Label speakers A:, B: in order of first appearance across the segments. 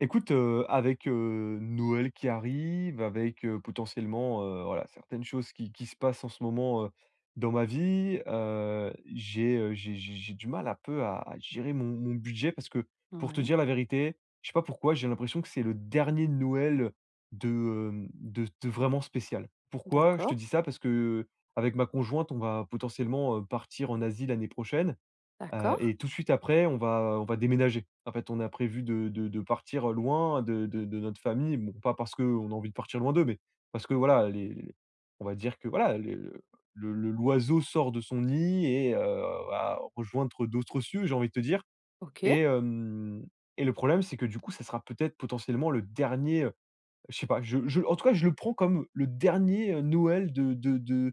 A: Écoute, avec, Noël qui arrive, avec, potentiellement, voilà, certaines choses qui se passent en ce moment, dans ma vie, j'ai du mal un peu à gérer mon budget parce que, pour te
B: Ouais,
A: dire la vérité, je sais pas pourquoi, j'ai l'impression que c'est le dernier Noël, de, hem, de vraiment spécial. Pourquoi je te
B: d'accord,
A: dis ça? Parce que avec ma conjointe, on va potentiellement, partir en Asie l'année prochaine. Heu
B: d'accord,
A: et tout de suite après, on va déménager. En fait, on a prévu de partir, loin de notre famille. Bon, pas parce qu'on a envie de partir loin d'eux, mais parce que voilà, les on va dire que voilà, les le l'oiseau sort de son nid et va rejoindre d'autres cieux, j'ai envie de te dire.
B: OK.
A: Et hem et le problème, c'est que du coup, ça sera peut-être potentiellement le dernier, je sais pas, je en tout cas, je le prends comme le dernier, Noël de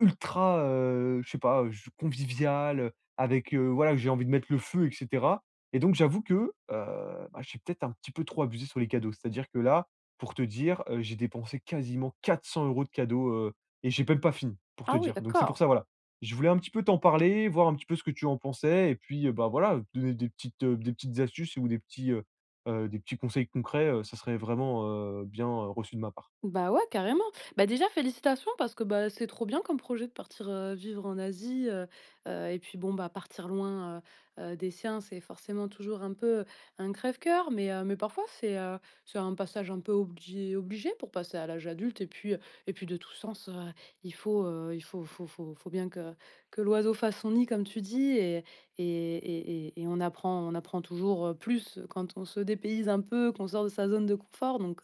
A: ultra, je sais pas, convivial, avec, voilà, que j'ai envie de mettre le feu et cetera. Et donc j'avoue que, bah, j'ai peut-être un petit peu trop abusé sur les cadeaux. C'est-à-dire que là, pour te dire, j'ai dépensé quasiment 400 € de cadeaux, et j'ai même pas fini, pour te
B: Ah oui,
A: dire. Donc c'est pour
B: d'accord.
A: ça, voilà, je voulais un petit peu t'en parler, voir un petit peu ce que tu en pensais et puis, bah, voilà, te donner des petites astuces ou des petits conseils concrets, ça serait vraiment, bien, reçu de ma part.
B: Bah ouais, carrément. Bah déjà, félicitations parce que bah, c'est trop bien comme projet de partir vivre en Asie. Et puis bon, bah partir loin des siens, c'est forcément toujours un peu un crève-cœur. Mais parfois, c'est un passage un peu obligé, obligé pour passer à l'âge adulte. Et puis de tout sens, il faut bien que l'oiseau fasse son nid, comme tu dis. Et on apprend toujours plus quand on se dépayse un peu, qu'on sort de sa zone de confort. Donc,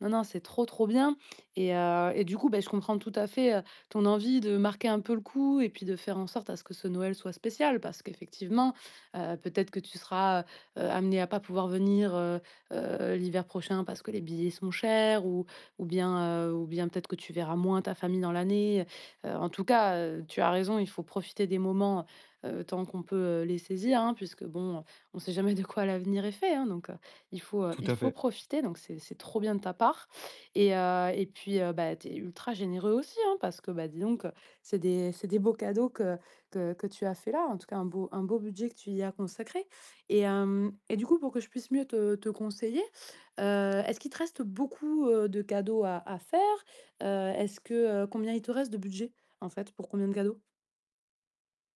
B: non, non, c'est trop, trop bien et du coup, ben je comprends tout à fait, ton envie de marquer un peu le coup et puis de faire en sorte à ce que ce Noël soit spécial. Parce qu'effectivement, peut-être que tu seras, heu, à pas pouvoir venir, l'hiver prochain parce que les billets sont chers ou bien peut-être que tu verras moins ta famille dans l'année. En tout cas, tu as raison, il faut profiter des moments, tant qu'on peut, les saisir, hein, puisque bon, on sait jamais de quoi l'avenir est fait, hein, donc il faut, heu,
A: Tout
B: il
A: à
B: faut
A: fait.
B: profiter donc c'est trop bien de ta part et puis, bah, tu es ultra généreux aussi, hein, parce que, bah, dis donc, c'est des beaux cadeaux que tu as fait là, en tout cas un beau budget que tu y as consacré et du coup, pour que je puisse mieux te conseiller, heu, est-ce qu'il te reste beaucoup, de cadeaux à faire? Heu, est-ce que, combien il te reste de budget, en fait? Pour combien de cadeaux?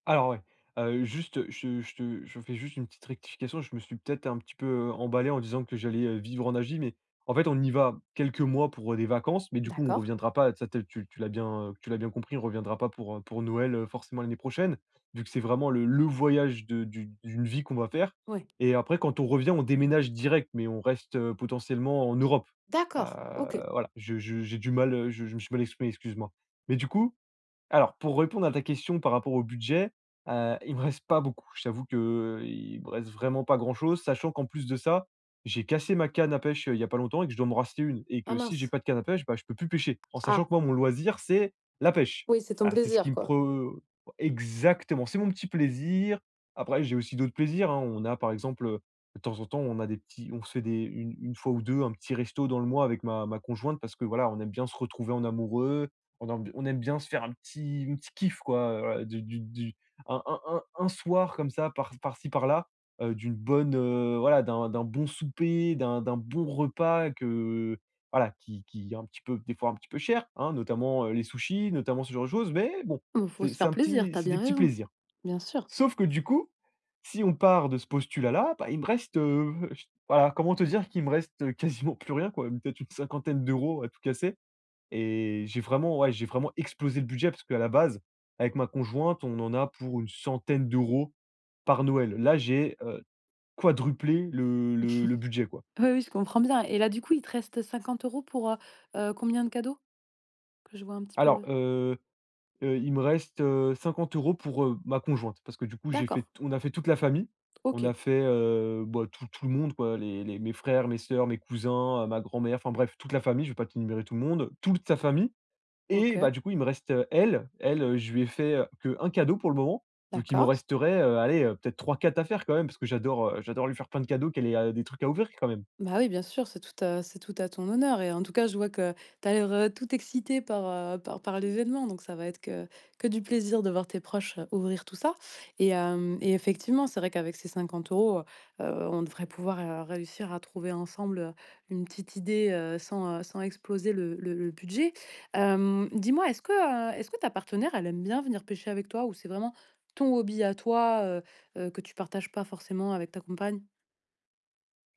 A: Alors ouais, juste, je fais juste une petite rectification. Je me suis peut-être un petit peu, emballé en disant que j'allais, vivre en Asie, mais en fait, on y va quelques mois pour, des vacances, mais du coup, on
B: D'accord.
A: reviendra pas, ça tu l'as bien compris, on reviendra pas pour, pour Noël, forcément l'année prochaine, vu que c'est vraiment le voyage de du d'une vie qu'on va faire
B: Ouais.
A: et après quand on revient, on déménage direct, mais on reste, potentiellement en Europe. Heu,
B: D'accord, OK.
A: voilà, je j'ai du mal, je me suis mal exprimé, excuse-moi. Mais du coup alors, pour répondre à ta question par rapport au budget, il me reste pas beaucoup. Je t'avoue que il me reste vraiment pas grand-chose, sachant qu'en plus de ça, j'ai cassé ma canne à pêche, il y a pas longtemps et que je dois me racheter une et
B: Ah
A: que si j'ai
B: mince.
A: pas de canne à pêche, bah, je peux plus pêcher. En sachant
B: Ah,
A: que moi, mon loisir, c'est la pêche.
B: oui, c'est ton
A: Ah, c'est ce qui
B: plaisir,
A: me
B: quoi.
A: pre exactement, c'est mon petit plaisir. Après, j'ai aussi d'autres plaisirs, hein. On a, par exemple, de temps en temps, on se fait des une fois ou 2 un petit resto dans le mois avec ma conjointe parce que, voilà, on aime bien se retrouver en amoureux, on aime bien se faire un petit kiff quoi, voilà, du un soir comme ça par-ci par-là, voilà, d'un bon souper, d'un bon repas que voilà, qui est un petit peu des fois un petit peu cher, hein, notamment, les sushis, notamment ce genre de choses, mais bon,
B: Bon, faut
A: c'est
B: se
A: c'est
B: faire
A: un
B: plaisir,
A: petit
B: t'as
A: c'est des
B: bien
A: petits
B: raison.
A: plaisirs.
B: Bien sûr.
A: Sauf que du coup, si on part de ce postulat-là, bah, il me reste, voilà, comment te dire qu'il me reste, quasiment plus rien quoi, peut-être une cinquantaine d'euros à tout casser. Et j'ai vraiment ouais, j'ai vraiment explosé le budget parce qu'à la base, avec ma conjointe, on en a pour une centaine d'euros par Noël. Là, j'ai, quadruplé le budget, quoi.
B: Oui, oui, je comprends bien et là, du coup, il te reste 50 € pour, combien de cadeaux? Que je vois un petit peu
A: Alors,
B: le.
A: il me reste, 50 € pour, ma conjointe parce que du coup, j'ai
B: D'accord,
A: fait on a fait toute la famille. On a
B: OK,
A: fait, bah, tout le monde, quoi, les mes frères, mes sœurs, mes cousins, ma grand-mère, enfin bref, toute la famille, je vais pas t'énumérer tout le monde, toute sa famille. Et
B: OK,
A: bah, du coup, il me reste, elle. Elle, je lui ai fait, que un cadeau pour le moment, donc il me
B: d'accord.
A: resterait, allez, peut-être trois quatre à faire quand même, parce que j'adore lui faire plein de cadeaux, qu'elle ait, des trucs à ouvrir quand même.
B: Bah oui, bien sûr, c'est tout à ton honneur et en tout cas, je vois que tu as l'air, tout excité par l'événement donc ça va être que du plaisir de voir tes proches, ouvrir tout ça et effectivement, c'est vrai qu'avec ces 50 euros, on devrait pouvoir, réussir à trouver ensemble, une petite idée, sans exploser le budget. Dis-moi, est-ce que ta partenaire, elle aime bien venir pêcher avec toi ou c'est vraiment ton hobby à toi, que tu partages pas forcément avec ta compagne?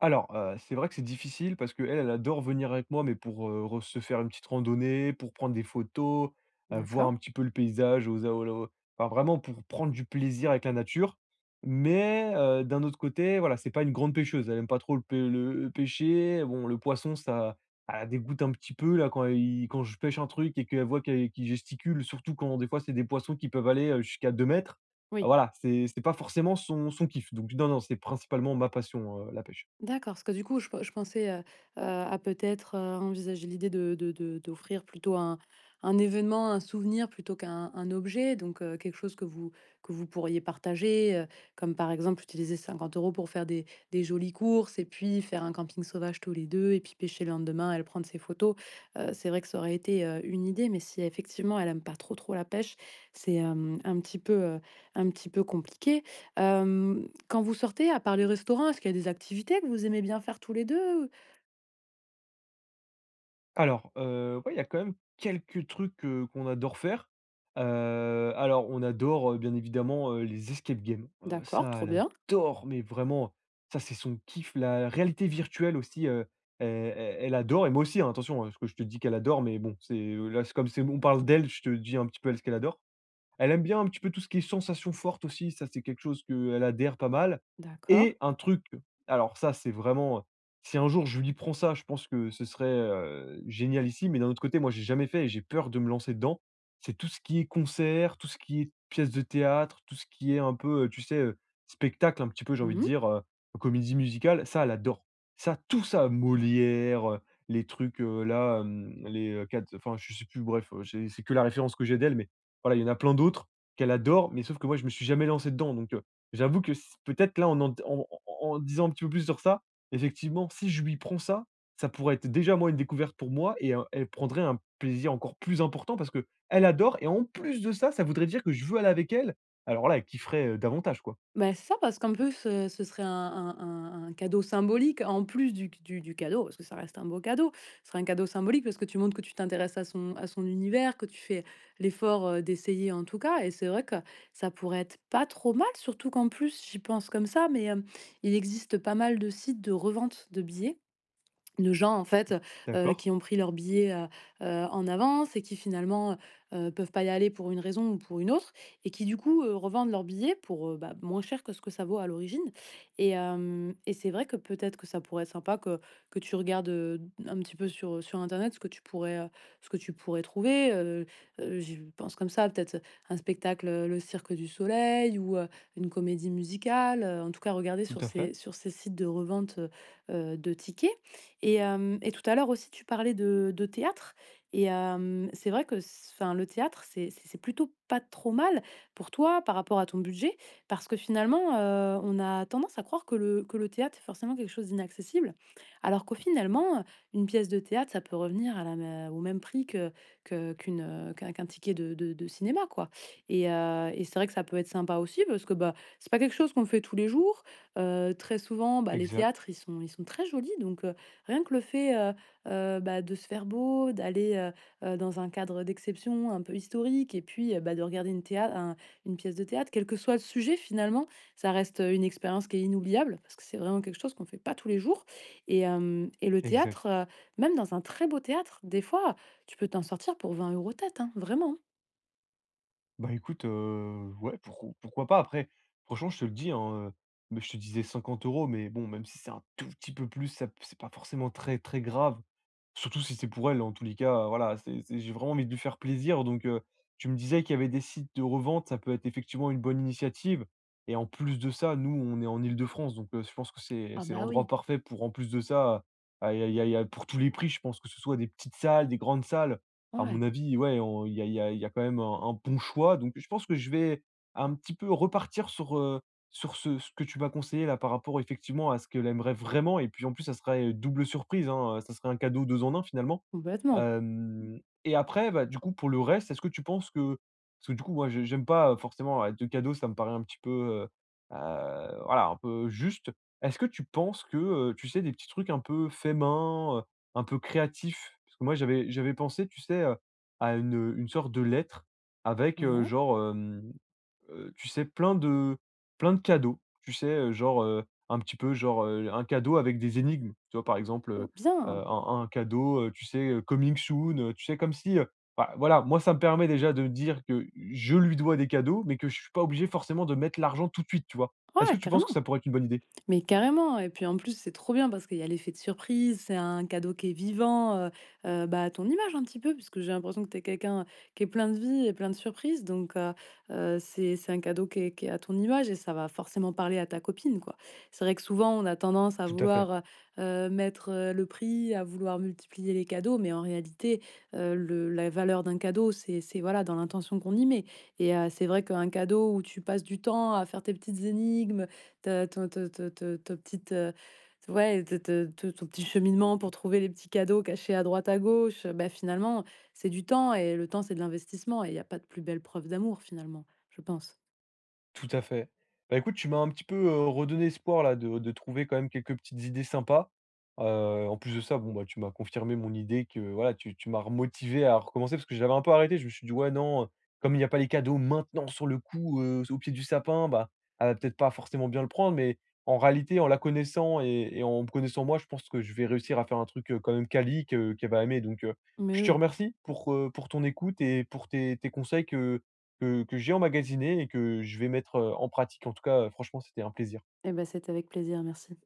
A: Alors, c'est vrai que c'est difficile parce qu'elle, elle adore venir avec moi, mais pour, re se faire une petite randonnée, pour prendre des photos, voir
B: D'accord,
A: un petit peu le paysage aux a au enfin vraiment pour prendre du plaisir avec la nature. Mais, d'un autre côté, voilà, c'est pas une grande pêcheuse. Elle aime pas trop le pêcher. Bon, le poisson, ça elle dégoûte un petit peu là quand je pêche un truc et qu'elle voit qu'il gesticule, surtout quand des fois c'est des poissons qui peuvent aller, jusqu'à 2 mètres.
B: oui.
A: Voilà, c'est pas forcément son kiff. Donc non, non, c'est principalement ma passion, la pêche.
B: D'accord, parce que du coup, je pensais à peut-être envisager l'idée d'offrir plutôt un événement, un souvenir plutôt qu'un un objet, donc quelque chose que vous pourriez partager, comme par exemple utiliser 50 euros pour faire des jolies courses et puis faire un camping sauvage tous les deux et puis pêcher le lendemain, elle prendre ses photos. C'est vrai que ça aurait été une idée, mais si effectivement elle aime pas trop trop la pêche, c'est un petit peu compliqué. Quand vous sortez, à part les restaurants, est-ce qu'il y a des activités que vous aimez bien faire tous les deux.
A: Alors, ouais, il y a quand même quelques trucs, qu'on adore faire. Alors on adore, bien évidemment, les escape games. Heu,
B: D'accord,
A: ça,
B: trop
A: elle
B: bien.
A: adore, mais vraiment, ça, c'est son kiff. La réalité virtuelle aussi, e e elle adore et moi aussi, hein, attention, hein, ce que je te dis qu'elle adore, mais bon, c'est, là, c'est comme c'est on parle d'elle, je te dis un petit peu elle ce qu'elle adore. Elle aime bien un petit peu tout ce qui est sensation forte aussi, ça c'est quelque chose qu'elle adhère pas mal
B: D'accord.
A: et un truc alors ça c'est vraiment si un jour je lui prends ça, je pense que ce serait, génial ici. Mais d'un autre côté, moi j'ai jamais fait et j'ai peur de me lancer dedans. C'est tout ce qui est concert, tout ce qui est pièce de théâtre, tout ce qui est un peu, tu sais, spectacle un petit peu, j'ai envie de
B: Mmh mh.
A: dire, comédie musicale, ça elle adore. Ça, tout ça, Molière, les trucs, là, les, 4 enfin je sais plus, bref, j'ai c'est que la référence que j'ai d'elle, mais voilà, il y en a plein d'autres qu'elle adore, mais sauf que moi, je me suis jamais lancé dedans. Donc, j'avoue que s peut-être là, en disant un petit peu plus sur ça, effectivement, si je lui prends ça, ça pourrait être déjà, moi, une découverte pour moi et elle prendrait un plaisir encore plus important parce que elle adore et en plus de ça, ça voudrait dire que je veux aller avec elle. Alors là, elle kifferait, davantage, quoi.
B: Bah, c'est ça, parce qu'en plus, ce serait un cadeau symbolique, en plus du cadeau, parce que ça reste un beau cadeau. Ce serait un cadeau symbolique parce que tu montres que tu t'intéresses à son univers, que tu fais l'effort, d'essayer en tout cas et c'est vrai que ça pourrait être pas trop mal, surtout qu'en plus, j'y pense comme ça, mais, il existe pas mal de sites de revente de billets de gens en fait,
A: D'accord,
B: qui ont pris leur billet, en avance et qui finalement, peuvent pas y aller pour une raison ou pour une autre et qui du coup, revendent leur billet pour, bah, moins cher que ce que ça vaut à l'origine et c'est vrai que peut-être que ça pourrait être sympa que tu regardes, un petit peu sur internet ce que tu pourrais, ce que tu pourrais trouver, j'y pense comme ça, peut-être un spectacle, le Cirque du Soleil ou, une comédie musicale, en tout cas regarder
A: tout
B: sur
A: à fait.
B: ces sur ces sites de revente, de tickets et tout à l'heure aussi, tu parlais de théâtre et c'est vrai que s enfin, le théâtre, c'est plutôt pas trop mal pour toi par rapport à ton budget, parce que finalement, on a tendance à croire que le théâtre, est forcément quelque chose d'inaccessible, alors qu'au finalement, une pièce de théâtre, ça peut revenir à la mê au même prix que qu'une, qu'un qu'un ticket de cinéma, quoi et c'est vrai que ça peut être sympa aussi parce que, bah, c'est pas quelque chose qu'on fait tous les jours, très souvent, bah, les
A: Exact,
B: théâtres, ils sont très jolis donc. Rien que le fait, bah, de se faire beau, d'aller, dans un cadre d'exception un peu historique et puis, bah, de regarder une pièce de théâtre, quel que soit le sujet finalement, ça reste, une expérience qui est inoubliable parce que c'est vraiment quelque chose qu'on ne fait pas tous les jours et le
A: exact.
B: théâtre, même dans un très beau théâtre, des fois, tu peux t'en sortir pour 20 euros tête, hein, vraiment, hein.
A: Bah, écoute, ouais, pourquoi pas? Après, franchement, je te le dis, hein, mais je te disais 50 € mais bon, même si c'est un tout petit peu plus, ça c'est pas forcément très, très grave. Surtout si c'est pour elle, en tous les cas, voilà, c'est j'ai vraiment envie de lui faire plaisir donc tu me disais qu'il y avait des sites de revente, ça peut être effectivement une bonne initiative et en plus de ça, nous, on est en Île-de-France donc je pense que c'est
B: Ah
A: c'est
B: bah
A: l'endroit
B: oui,
A: parfait pour en plus de ça, ah, il y a pour tous les prix, je pense que ce soit des petites salles, des grandes salles. À mon
B: ouais,
A: avis, ouais, on il y a quand même un bon choix donc je pense que je vais un petit peu repartir sur ce que tu vas conseiller là, par rapport effectivement à ce qu'elle aimerait vraiment et puis en plus ça serait, double surprise, hein, ça serait un cadeau 2 en un finalement.
B: complètement.
A: Mmh. Et après, bah, du coup pour le reste, est-ce que tu penses que parce que du coup moi j'aime pas, forcément, 2 cadeaux, ça me paraît un petit peu, voilà, un peu juste. Est-ce que tu penses que, tu sais des petits trucs un peu fait main, un peu créatifs? Parce que moi j'avais pensé, tu sais, à une sorte de lettre avec,
B: Ouais,
A: genre, tu sais, plein de cadeaux, tu sais, genre, un petit peu genre, un cadeau avec des énigmes, tu vois? Par exemple,
B: oh bien,
A: un cadeau, tu sais, coming soon, tu sais, comme si, bah, voilà, moi, ça me permet déjà de dire que je lui dois des cadeaux, mais que je suis pas obligé forcément de mettre l'argent tout de suite, tu vois? Est-ce que
B: ouais,
A: tu penses que
B: carrément.
A: ça pourrait être une bonne idée?
B: Mais carrément et puis en plus, c'est trop bien parce qu'il y a l'effet de surprise, c'est un cadeau qui est vivant, bah, à ton image un petit peu puisque j'ai l'impression que tu es quelqu'un qui est plein de vie et plein de surprises donc c'est un cadeau qui est à ton image et ça va forcément parler à ta copine, quoi. C'est vrai que souvent, on a tendance à
A: Tout à fait.
B: vouloir, mettre, le prix, à vouloir multiplier les cadeaux mais en réalité, le la valeur d'un cadeau, c'est voilà, dans l'intention qu'on y met c'est vrai qu'un cadeau où tu passes du temps à faire tes petites énigmes, ta ton te te te ta petite, ouais, te te te ton petit cheminement pour trouver les petits cadeaux cachés à droite, à gauche, bah, finalement, c'est du temps et le temps, c'est de l'investissement et il y a pas de plus belle preuve d'amour finalement, je pense.
A: Tout à fait. Bah, écoute, tu m'as un petit peu, redonné espoir là de trouver quand même quelques petites idées sympas. Heu, en plus de ça, bon, bah, tu m'as confirmé mon idée que voilà, tu m'as remotivé à recommencer parce que j'avais un peu arrêté. Je me suis dit: «Ouais, non, comme il n'y a pas les cadeaux maintenant sur le coup, au pied du sapin, bah, elle va peut-être pas forcément bien le prendre». Mais en réalité, en la connaissant et en me connaissant moi, je pense que je vais réussir à faire un truc, quand même quali que qu'elle va aimer. Donc,
B: Mais
A: je te
B: oui,
A: remercie pour ton écoute et pour tes conseils que que j'ai emmagasiné et que je vais mettre, en pratique. En tout cas, franchement, c'était un plaisir.
B: et ben c'était avec plaisir, merci.